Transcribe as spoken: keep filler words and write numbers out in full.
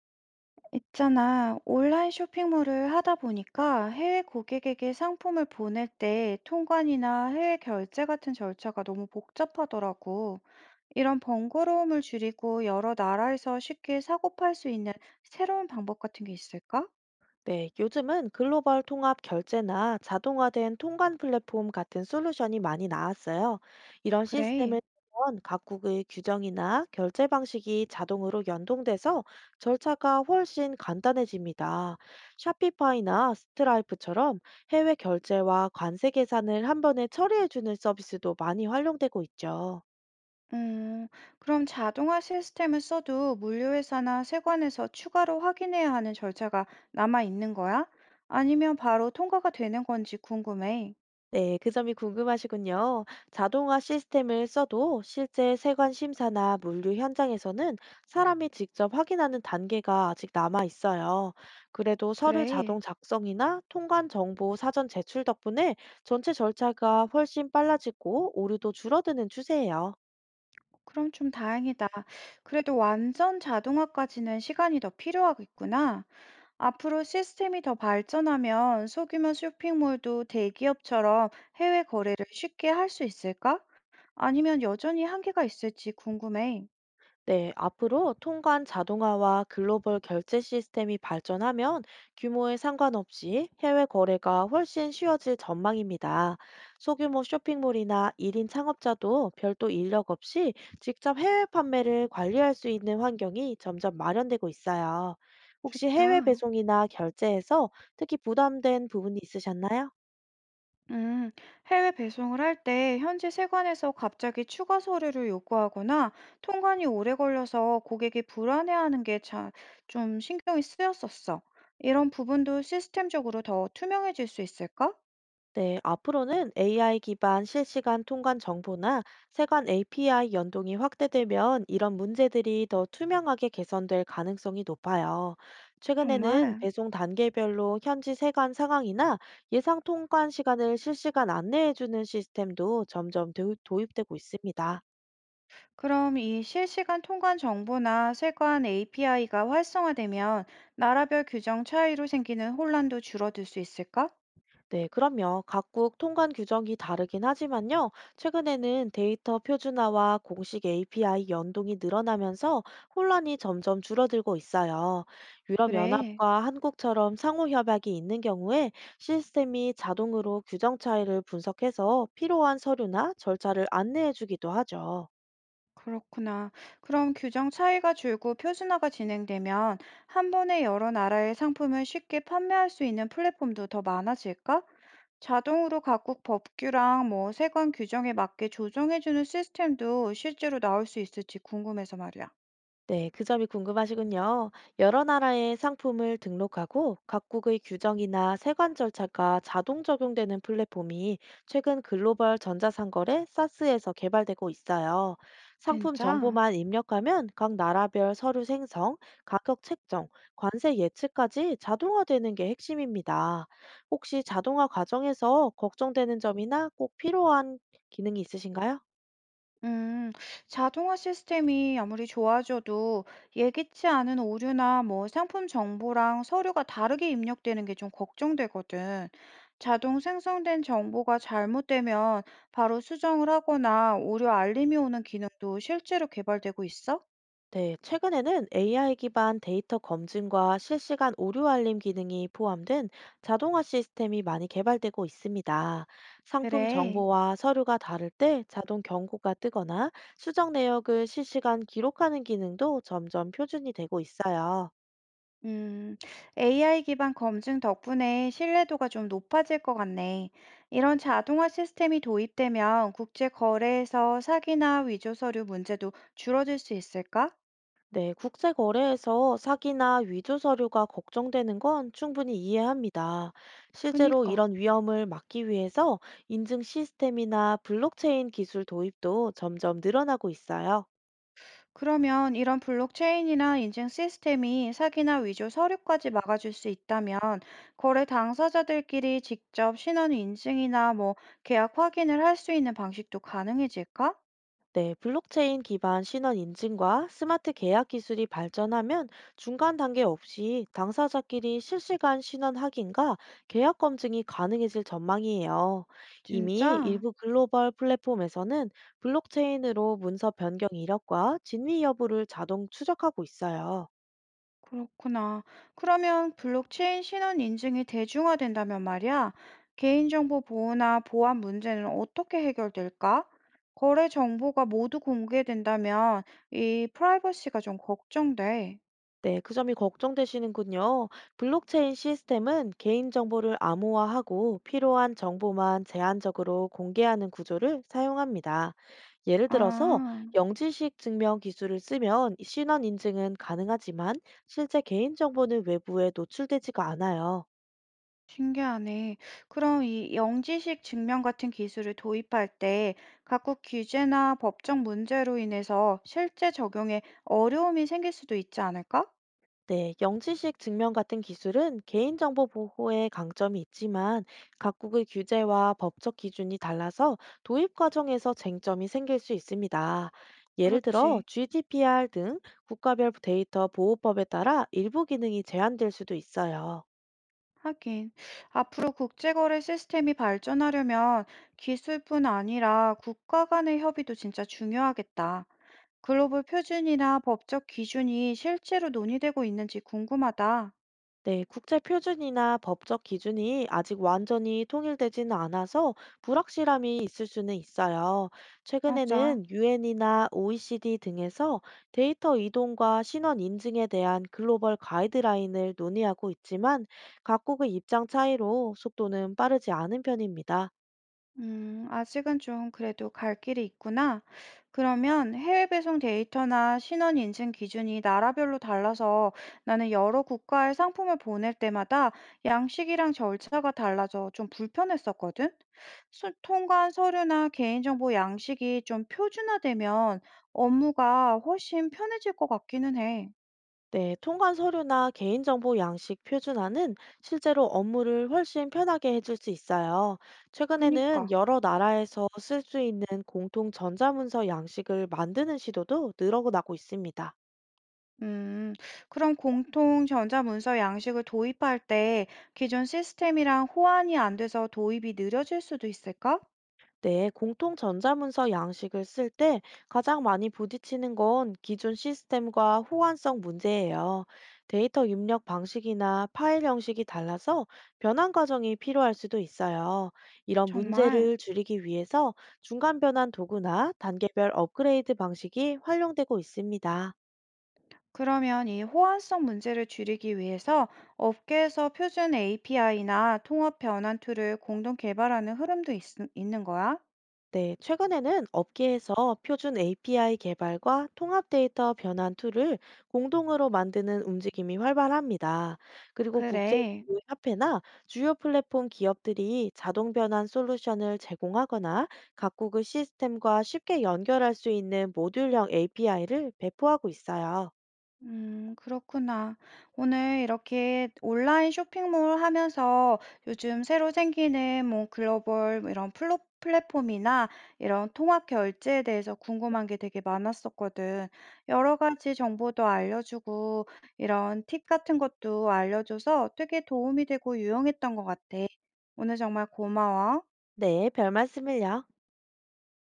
있잖아, 온라인 쇼핑몰을 하다 보니까 해외 고객에게 상품을 보낼 때 통관이나 해외 결제 같은 절차가 너무 복잡하더라고. 이런 번거로움을 줄이고 여러 나라에서 쉽게 사고 팔 수 있는 새로운 방법 같은 게 있을까? 네, 요즘은 글로벌 통합 결제나 자동화된 통관 플랫폼 같은 솔루션이 많이 나왔어요. 이런 시스템을 그래. 통한 각국의 규정이나 결제 방식이 자동으로 연동돼서 절차가 훨씬 간단해집니다. 샤피파이나 스트라이프처럼 해외 결제와 관세 계산을 한 번에 처리해주는 서비스도 많이 활용되고 있죠. 음, 그럼 자동화 시스템을 써도 물류회사나 세관에서 추가로 확인해야 하는 절차가 남아 있는 거야? 아니면 바로 통과가 되는 건지 궁금해. 네, 그 점이 궁금하시군요. 자동화 시스템을 써도 실제 세관 심사나 물류 현장에서는 사람이 직접 확인하는 단계가 아직 남아 있어요. 그래도 서류 자동 그래. 작성이나 통관 정보 사전 제출 덕분에 전체 절차가 훨씬 빨라지고 오류도 줄어드는 추세예요. 그럼 좀 다행이다. 그래도 완전 자동화까지는 시간이 더 필요하겠구나. 앞으로 시스템이 더 발전하면 소규모 쇼핑몰도 대기업처럼 해외 거래를 쉽게 할 수 있을까? 아니면 여전히 한계가 있을지 궁금해. 네, 앞으로 통관 자동화와 글로벌 결제 시스템이 발전하면 규모에 상관없이 해외 거래가 훨씬 쉬워질 전망입니다. 소규모 쇼핑몰이나 일 인 창업자도 별도 인력 없이 직접 해외 판매를 관리할 수 있는 환경이 점점 마련되고 있어요. 혹시 해외 좋다. 배송이나 결제에서 특히 부담된 부분이 있으셨나요? 음, 해외 배송을 할 때 현지 세관에서 갑자기 추가 서류를 요구하거나 통관이 오래 걸려서 고객이 불안해하는 게 좀 신경이 쓰였었어. 이런 부분도 시스템적으로 더 투명해질 수 있을까? 네, 앞으로는 에이아이 기반 실시간 통관 정보나 세관 에이피아이 연동이 확대되면 이런 문제들이 더 투명하게 개선될 가능성이 높아요. 최근에는 정말. 배송 단계별로 현지 세관 상황이나 예상 통관 시간을 실시간 안내해주는 시스템도 점점 도- 도입되고 있습니다. 그럼 이 실시간 통관 정보나 세관 에이피아이가 활성화되면 나라별 규정 차이로 생기는 혼란도 줄어들 수 있을까? 네, 그럼요. 각국 통관 규정이 다르긴 하지만요. 최근에는 데이터 표준화와 공식 에이피아이 연동이 늘어나면서 혼란이 점점 줄어들고 있어요. 그래. 유럽연합과 한국처럼 상호 협약이 있는 경우에 시스템이 자동으로 규정 차이를 분석해서 필요한 서류나 절차를 안내해주기도 하죠. 그렇구나. 그럼 규정 차이가 줄고 표준화가 진행되면 한 번에 여러 나라의 상품을 쉽게 판매할 수 있는 플랫폼도 더 많아질까? 자동으로 각국 법규랑 뭐 세관 규정에 맞게 조정해주는 시스템도 실제로 나올 수 있을지 궁금해서 말이야. 네, 그 점이 궁금하시군요. 여러 나라의 상품을 등록하고 각국의 규정이나 세관 절차가 자동 적용되는 플랫폼이 최근 글로벌 전자상거래 사스에서 개발되고 있어요. 상품 진짜? 정보만 입력하면 각 나라별 서류 생성, 가격 책정, 관세 예측까지 자동화되는 게 핵심입니다. 혹시 자동화 과정에서 걱정되는 점이나 꼭 필요한 기능이 있으신가요? 음, 자동화 시스템이 아무리 좋아져도 예기치 않은 오류나 뭐 상품 정보랑 서류가 다르게 입력되는 게 좀 걱정되거든. 자동 생성된 정보가 잘못되면 바로 수정을 하거나 오류 알림이 오는 기능도 실제로 개발되고 있어? 네, 최근에는 에이아이 기반 데이터 검증과 실시간 오류 알림 기능이 포함된 자동화 시스템이 많이 개발되고 있습니다. 상품 그래. 정보와 서류가 다를 때 자동 경고가 뜨거나 수정 내역을 실시간 기록하는 기능도 점점 표준이 되고 있어요. 음, 에이아이 기반 검증 덕분에 신뢰도가 좀 높아질 것 같네. 이런 자동화 시스템이 도입되면 국제 거래에서 사기나 위조 서류 문제도 줄어들 수 있을까? 네, 국제 거래에서 사기나 위조 서류가 걱정되는 건 충분히 이해합니다. 실제로 그니까. 이런 위험을 막기 위해서 인증 시스템이나 블록체인 기술 도입도 점점 늘어나고 있어요. 그러면 이런 블록체인이나 인증 시스템이 사기나 위조 서류까지 막아줄 수 있다면 거래 당사자들끼리 직접 신원 인증이나 뭐 계약 확인을 할 수 있는 방식도 가능해질까? 네, 블록체인 기반 신원 인증과 스마트 계약 기술이 발전하면 중간 단계 없이 당사자끼리 실시간 신원 확인과 계약 검증이 가능해질 전망이에요. 이미 진짜? 일부 글로벌 플랫폼에서는 블록체인으로 문서 변경 이력과 진위 여부를 자동 추적하고 있어요. 그렇구나. 그러면 블록체인 신원 인증이 대중화된다면 말이야, 개인정보 보호나 보안 문제는 어떻게 해결될까? 거래 정보가 모두 공개된다면 이 프라이버시가 좀 걱정돼. 네, 그 점이 걱정되시는군요. 블록체인 시스템은 개인정보를 암호화하고 필요한 정보만 제한적으로 공개하는 구조를 사용합니다. 예를 들어서 아, 영지식 증명 기술을 쓰면 신원 인증은 가능하지만 실제 개인정보는 외부에 노출되지가 않아요. 신기하네. 그럼 이 영지식 증명 같은 기술을 도입할 때 각국 규제나 법적 문제로 인해서 실제 적용에 어려움이 생길 수도 있지 않을까? 네, 영지식 증명 같은 기술은 개인정보 보호에 강점이 있지만 각국의 규제와 법적 기준이 달라서 도입 과정에서 쟁점이 생길 수 있습니다. 예를 들어 그렇지. 지디피아르 등 국가별 데이터 보호법에 따라 일부 기능이 제한될 수도 있어요. 하긴, 앞으로 국제거래 시스템이 발전하려면 기술뿐 아니라 국가 간의 협의도 진짜 중요하겠다. 글로벌 표준이나 법적 기준이 실제로 논의되고 있는지 궁금하다. 네, 국제 표준이나 법적 기준이 아직 완전히 통일되지는 않아서 불확실함이 있을 수는 있어요. 맞아. 최근에는 유엔이나 오이시디 등에서 데이터 이동과 신원 인증에 대한 글로벌 가이드라인을 논의하고 있지만 각국의 입장 차이로 속도는 빠르지 않은 편입니다. 음, 아직은 좀 그래도 갈 길이 있구나. 그러면 해외 배송 데이터나 신원 인증 기준이 나라별로 달라서 나는 여러 국가의 상품을 보낼 때마다 양식이랑 절차가 달라서 좀 불편했었거든. 수- 통관 서류나 개인정보 양식이 좀 표준화되면 업무가 훨씬 편해질 것 같기는 해. 네, 통관 서류나 개인정보 양식 표준화는 실제로 업무를 훨씬 편하게 해줄 수 있어요. 최근에는 그니까. 여러 나라에서 쓸 수 있는 공통 전자문서 양식을 만드는 시도도 늘어나고 있습니다. 음, 그럼 공통 전자문서 양식을 도입할 때 기존 시스템이랑 호환이 안 돼서 도입이 느려질 수도 있을까? 네, 공통 전자문서 양식을 쓸 때 가장 많이 부딪히는 건 기존 시스템과 호환성 문제예요. 데이터 입력 방식이나 파일 형식이 달라서 변환 과정이 필요할 수도 있어요. 이런 정말. 문제를 줄이기 위해서 중간 변환 도구나 단계별 업그레이드 방식이 활용되고 있습니다. 그러면 이 호환성 문제를 줄이기 위해서 업계에서 표준 에이피아이나 통합 변환 툴을 공동 개발하는 흐름도 있, 있는 거야? 네, 최근에는 업계에서 표준 에이피아이 개발과 통합 데이터 변환 툴을 공동으로 만드는 움직임이 활발합니다. 그리고 국제 그래. 협회나 주요 플랫폼 기업들이 자동 변환 솔루션을 제공하거나 각국의 시스템과 쉽게 연결할 수 있는 모듈형 에이피아이를 배포하고 있어요. 음, 그렇구나. 오늘 이렇게 온라인 쇼핑몰 하면서 요즘 새로 생기는 뭐 글로벌 뭐 이런 플로, 플랫폼이나 이런 통합 결제에 대해서 궁금한 게 되게 많았었거든. 여러 가지 정보도 알려주고 이런 팁 같은 것도 알려줘서 되게 도움이 되고 유용했던 것 같아. 오늘 정말 고마워. 네, 별 말씀을요.